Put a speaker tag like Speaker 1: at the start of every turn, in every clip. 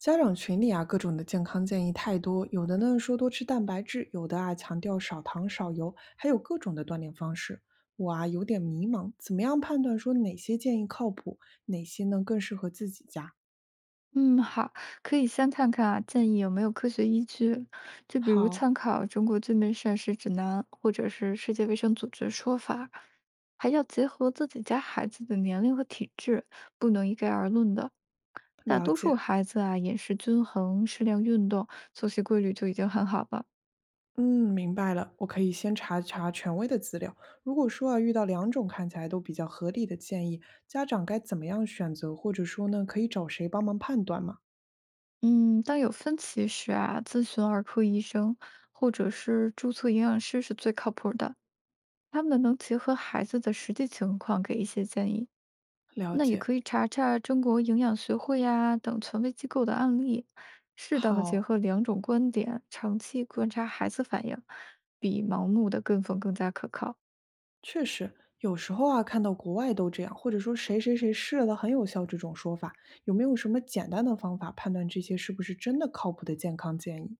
Speaker 1: 家长群里啊，各种的健康建议太多，有的呢说多吃蛋白质，有的啊强调少糖少油，还有各种的锻炼方式。我啊有点迷茫，怎么样判断说哪些建议靠谱，哪些呢更适合自己家？
Speaker 2: 嗯，好，可以先看看啊，建议有没有科学依据，就比如
Speaker 1: 好，
Speaker 2: 参考《中国居民膳食指南》或者是世界卫生组织说法，还要结合自己家孩子的年龄和体质，不能一概而论的。大
Speaker 1: 了
Speaker 2: 多数
Speaker 1: 解。
Speaker 2: 孩子啊，饮食均衡、适量运动、作息规律就已经很好了。
Speaker 1: 嗯，明白了。我可以先查一查权威的资料。如果说啊遇到两种看起来都比较合理的建议，家长该怎么样选择，或者说呢可以找谁帮忙判断吗？
Speaker 2: 嗯，当有分歧时啊，咨询儿科医生或者是注册营养师是最靠谱的，他们能结合孩子的实际情况给一些建议。
Speaker 1: 了
Speaker 2: 那也
Speaker 1: 解。
Speaker 2: 可以查查中国营养学会呀、等权威机构的案例，适当的结
Speaker 1: 好，
Speaker 2: 合两种观点，长期观察孩子反应，比盲目的跟风更加可靠。
Speaker 1: 确实，有时候啊，看到国外都这样，或者说谁谁谁试了很有效这种说法，有没有什么简单的方法判断这些是不是真的靠谱的健康建议？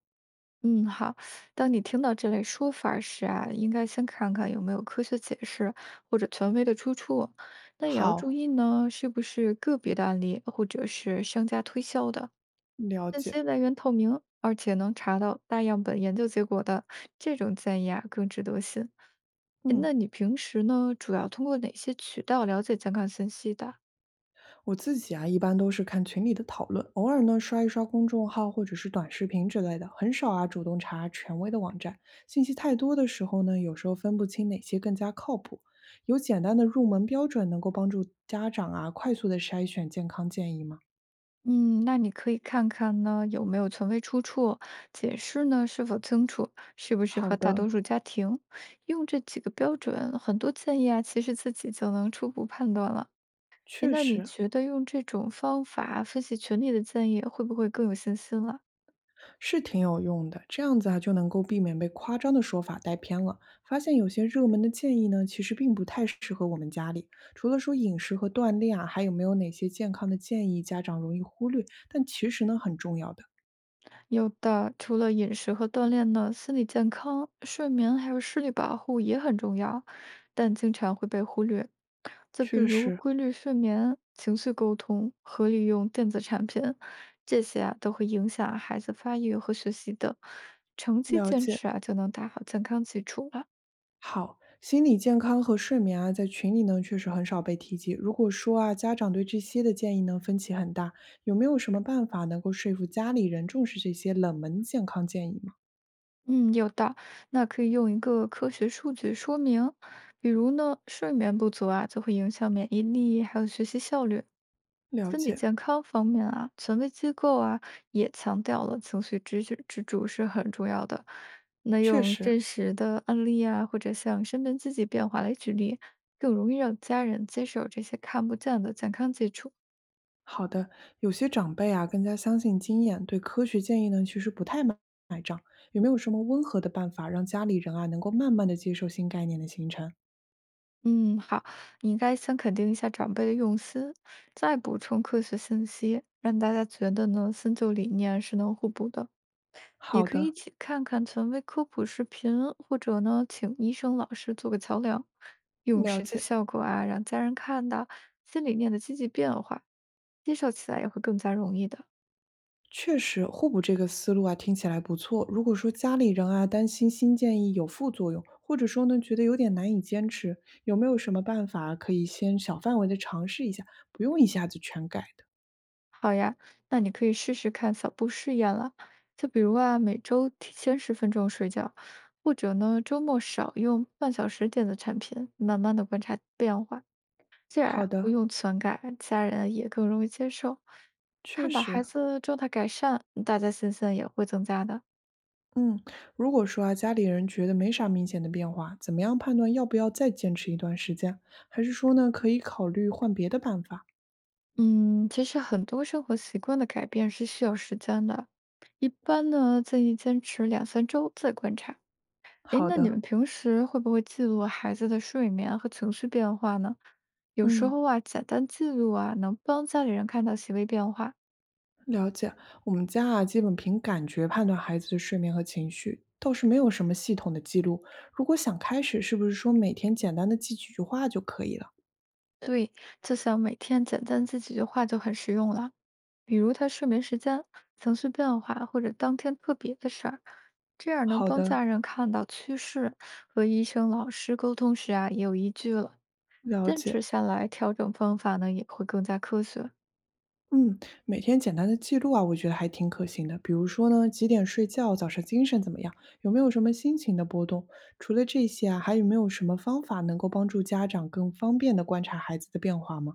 Speaker 2: 嗯，好。当你听到这类说法儿时啊，应该先看看有没有科学解释或者权威的出处。那也要注
Speaker 1: 好，
Speaker 2: 意呢，是不是个别的案例或者是商家推销的，
Speaker 1: 了
Speaker 2: 信息
Speaker 1: 解。
Speaker 2: 来源透明，而且能查到大样本研究结果的这种建议啊，更值得信。诶
Speaker 1: 嗯，
Speaker 2: 那你平时呢，主要通过哪些渠道了解健康信息的？
Speaker 1: 我自己啊，一般都是看群里的讨论，偶尔呢刷一刷公众号或者是短视频之类的，很少啊主动查权威的网站。信息太多的时候呢，有时候分不清哪些更加靠谱。有简单的入门标准能够帮助家长啊快速的筛选健康建议吗？
Speaker 2: 嗯，那你可以看看呢，有没有权威出处，解释呢是否清楚，适不适合
Speaker 1: 好
Speaker 2: 大多
Speaker 1: 的，
Speaker 2: 数家庭。用这几个标准，很多建议啊，其实自己就能初步判断了。诶，
Speaker 1: 确
Speaker 2: 那你
Speaker 1: 实，
Speaker 2: 觉得用这种方法分析群里的建议，会不会更有信心了？
Speaker 1: 是挺有用的，这样子啊就能够避免被夸张的说法带偏了。发现有些热门的建议呢，其实并不太适合我们家里。除了说饮食和锻炼啊，还有没有哪些健康的建议家长容易忽略，但其实呢很重要的？
Speaker 2: 有的，除了饮食和锻炼呢，心理健康、睡眠还有视力保护也很重要，但经常会被忽略。就比
Speaker 1: 确
Speaker 2: 如
Speaker 1: 实，
Speaker 2: 规律睡眠、情绪沟通、合理用电子产品，这些啊都会影响孩子发育和学习的。长期
Speaker 1: 了
Speaker 2: 坚
Speaker 1: 解。
Speaker 2: 持啊，就能打好健康基础了。
Speaker 1: 好，心理健康和睡眠啊，在群里呢确实很少被提及。如果说啊，家长对这些的建议呢分歧很大，有没有什么办法能够说服家里人重视这些冷门健康建议吗？
Speaker 2: 嗯，有的，那可以用一个科学数据说明，比如呢，睡眠不足啊，就会影响免疫力，还有学习效率。
Speaker 1: 了
Speaker 2: 心理
Speaker 1: 解，
Speaker 2: 健康方面啊，权威机构啊也强调了情绪支持支柱是很重要的。那
Speaker 1: 确
Speaker 2: 用
Speaker 1: 实。
Speaker 2: 真实的案例啊，或者像身边自己变化来举例，更容易让家人接受这些看不见的健康基础。
Speaker 1: 好的，有些长辈啊更加相信经验，对科学建议呢其实不太买账有没有什么温和的办法让家里人啊能够慢慢的接受新概念的形成？
Speaker 2: 嗯，好，你应该先肯定一下长辈的用心，再补充科学信息，让大家觉得呢新旧理念是能互补的。也
Speaker 1: 好
Speaker 2: 可以一
Speaker 1: 的，
Speaker 2: 起看看权威科普视频，或者呢请医生、老师做个桥梁，用
Speaker 1: 了
Speaker 2: 实际
Speaker 1: 解。
Speaker 2: 效果啊让家人看到新理念的积极变化，接受起来也会更加容易的。
Speaker 1: 确实，互补这个思路啊听起来不错。如果说家里人啊担心新建议有副作用，或者说呢觉得有点难以坚持，有没有什么办法可以先小范围的尝试一下，不用一下子全改的？
Speaker 2: 好呀，那你可以试试看小步试验了，就比如啊，每周提前10分钟睡觉，或者呢，周末少用半小时电子产品，慢慢的观察变化，这样啊，
Speaker 1: 好
Speaker 2: 不
Speaker 1: 的，
Speaker 2: 用篡改，家人也更容易接受。
Speaker 1: 确
Speaker 2: 看到孩
Speaker 1: 实。
Speaker 2: 子状态改善，大家信心也会增加的。
Speaker 1: 嗯，如果说啊，家里人觉得没啥明显的变化，怎么样判断要不要再坚持一段时间？还是说呢，可以考虑换别的办法？
Speaker 2: 嗯，其实很多生活习惯的改变是需要时间的，一般呢，建议坚持两三周再观察。诶，
Speaker 1: 好
Speaker 2: 那你们
Speaker 1: 的，
Speaker 2: 平时会不会记录孩子的睡眠和情绪变化呢？有时
Speaker 1: 嗯，
Speaker 2: 候啊，简单记录啊，能帮家里人看到细微变化。
Speaker 1: 了解。我们家啊，基本凭感觉判断孩子的睡眠和情绪，倒是没有什么系统的记录。如果想开始，是不是说每天简单的记几句话就可以了？
Speaker 2: 对，就像每天简单记几句话就很实用了，比如他睡眠时间、情绪变化或者当天特别的事儿，这样能
Speaker 1: 好
Speaker 2: 帮
Speaker 1: 的，
Speaker 2: 家人看到趋势，和医生、老师沟通时啊也有依据了。
Speaker 1: 了
Speaker 2: 坚
Speaker 1: 解。
Speaker 2: 持下来，调整方法呢也会更加科学。
Speaker 1: 嗯，每天简单的记录啊，我觉得还挺可行的。比如说呢，几点睡觉，早上精神怎么样，有没有什么心情的波动？除了这些啊，还有没有什么方法能够帮助家长更方便的观察孩子的变化吗？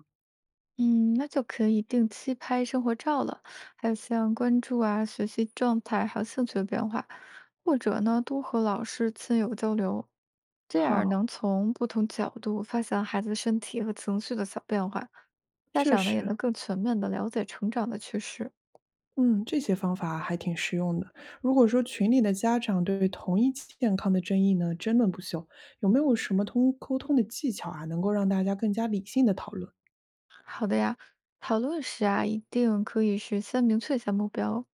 Speaker 2: 嗯，那就可以定期拍生活照了，还有像关注啊、学习状态，还有兴趣的变化，或者呢，多和老师、亲友交流，这样儿能
Speaker 1: 好，
Speaker 2: 从不同角度发现孩子身体和情绪的小变化，家
Speaker 1: 确
Speaker 2: 长呢也
Speaker 1: 实，
Speaker 2: 能更全面的了解成长的趋势。
Speaker 1: 嗯，这些方法还挺实用的。如果说群里的家长对同一健康的争议呢争论不休，有没有什么通沟通的技巧啊，能够让大家更加理性的讨论？
Speaker 2: 好的呀，讨论时啊，一定可以是先明确一下目标，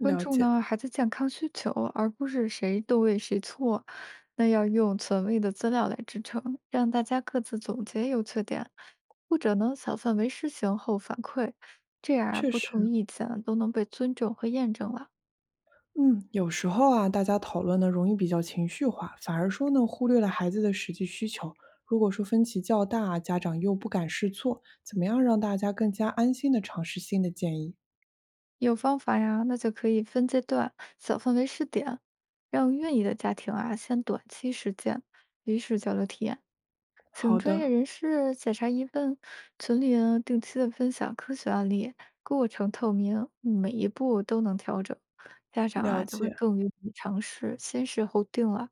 Speaker 2: 关注
Speaker 1: 解，
Speaker 2: 呢孩子健康需求，而不是谁对谁错。那要用权威的资料来支撑，让大家各自总结优缺点，或者呢小范围试行后反馈，这样啊
Speaker 1: 确
Speaker 2: 不
Speaker 1: 实。
Speaker 2: 同意见都能被尊重和验证了。
Speaker 1: 嗯，有时候啊，大家讨论呢容易比较情绪化，反而说呢忽略了孩子的实际需求。如果说分歧较大啊，家长又不敢试错，怎么样让大家更加安心的尝试新的建议？
Speaker 2: 有方法呀，那就可以分阶段小范围试点，让愿意的家庭啊先短期实践，及时交流体验。请
Speaker 1: 好
Speaker 2: 专业
Speaker 1: 的，
Speaker 2: 人士检查疑问，群里呢定期的分享科学案例，过程透明，每一步都能调整。家长
Speaker 1: 了
Speaker 2: 啊就会
Speaker 1: 解。
Speaker 2: 更愿意尝试，先试后定了。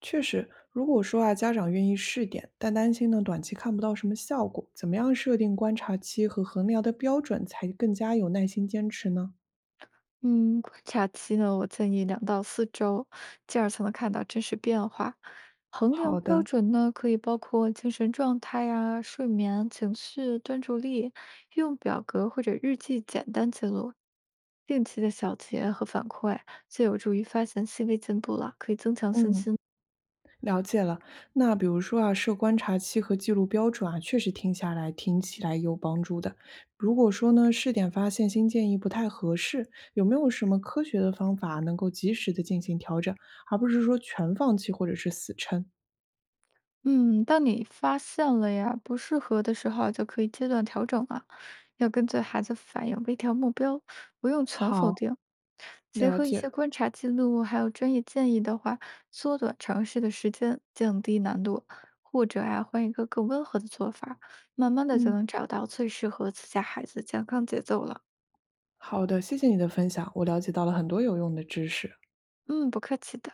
Speaker 1: 确实，如果说啊家长愿意试点，但担心呢短期看不到什么效果，怎么样设定观察期和衡量的标准才更加有耐心坚持呢？
Speaker 2: 嗯，观察期呢，我建议2到4周，进而才能看到真实变化。衡量
Speaker 1: 好
Speaker 2: 标
Speaker 1: 的，
Speaker 2: 准呢，可以包括精神状态呀、睡眠、情绪、专注力，用表格或者日记简单记录。定期的小结和反馈，就有助于发现细微进步了，可以增强信
Speaker 1: 嗯。
Speaker 2: 心。
Speaker 1: 了解了，那比如说啊，设观察期和记录标准啊，确实听下来听起来有帮助的。如果说呢，试点发现新建议不太合适，有没有什么科学的方法能够及时的进行调整，而不是说全放弃或者是死撑？
Speaker 2: 嗯，当你发现了呀不适合的时候啊，就可以阶段调整啊，要跟随孩子反应，微调目标，不用全否
Speaker 1: 好，
Speaker 2: 定。结
Speaker 1: 了
Speaker 2: 合一
Speaker 1: 解，
Speaker 2: 些观察记录，还有专业建议的话，缩短尝试的时间，降低难度，或者啊换一个更温和的做法，慢慢的就
Speaker 1: 嗯，
Speaker 2: 能找到最适合自家孩子健康节奏了。
Speaker 1: 好的，谢谢你的分享，我了解到了很多有用的知识。
Speaker 2: 嗯，不客气的。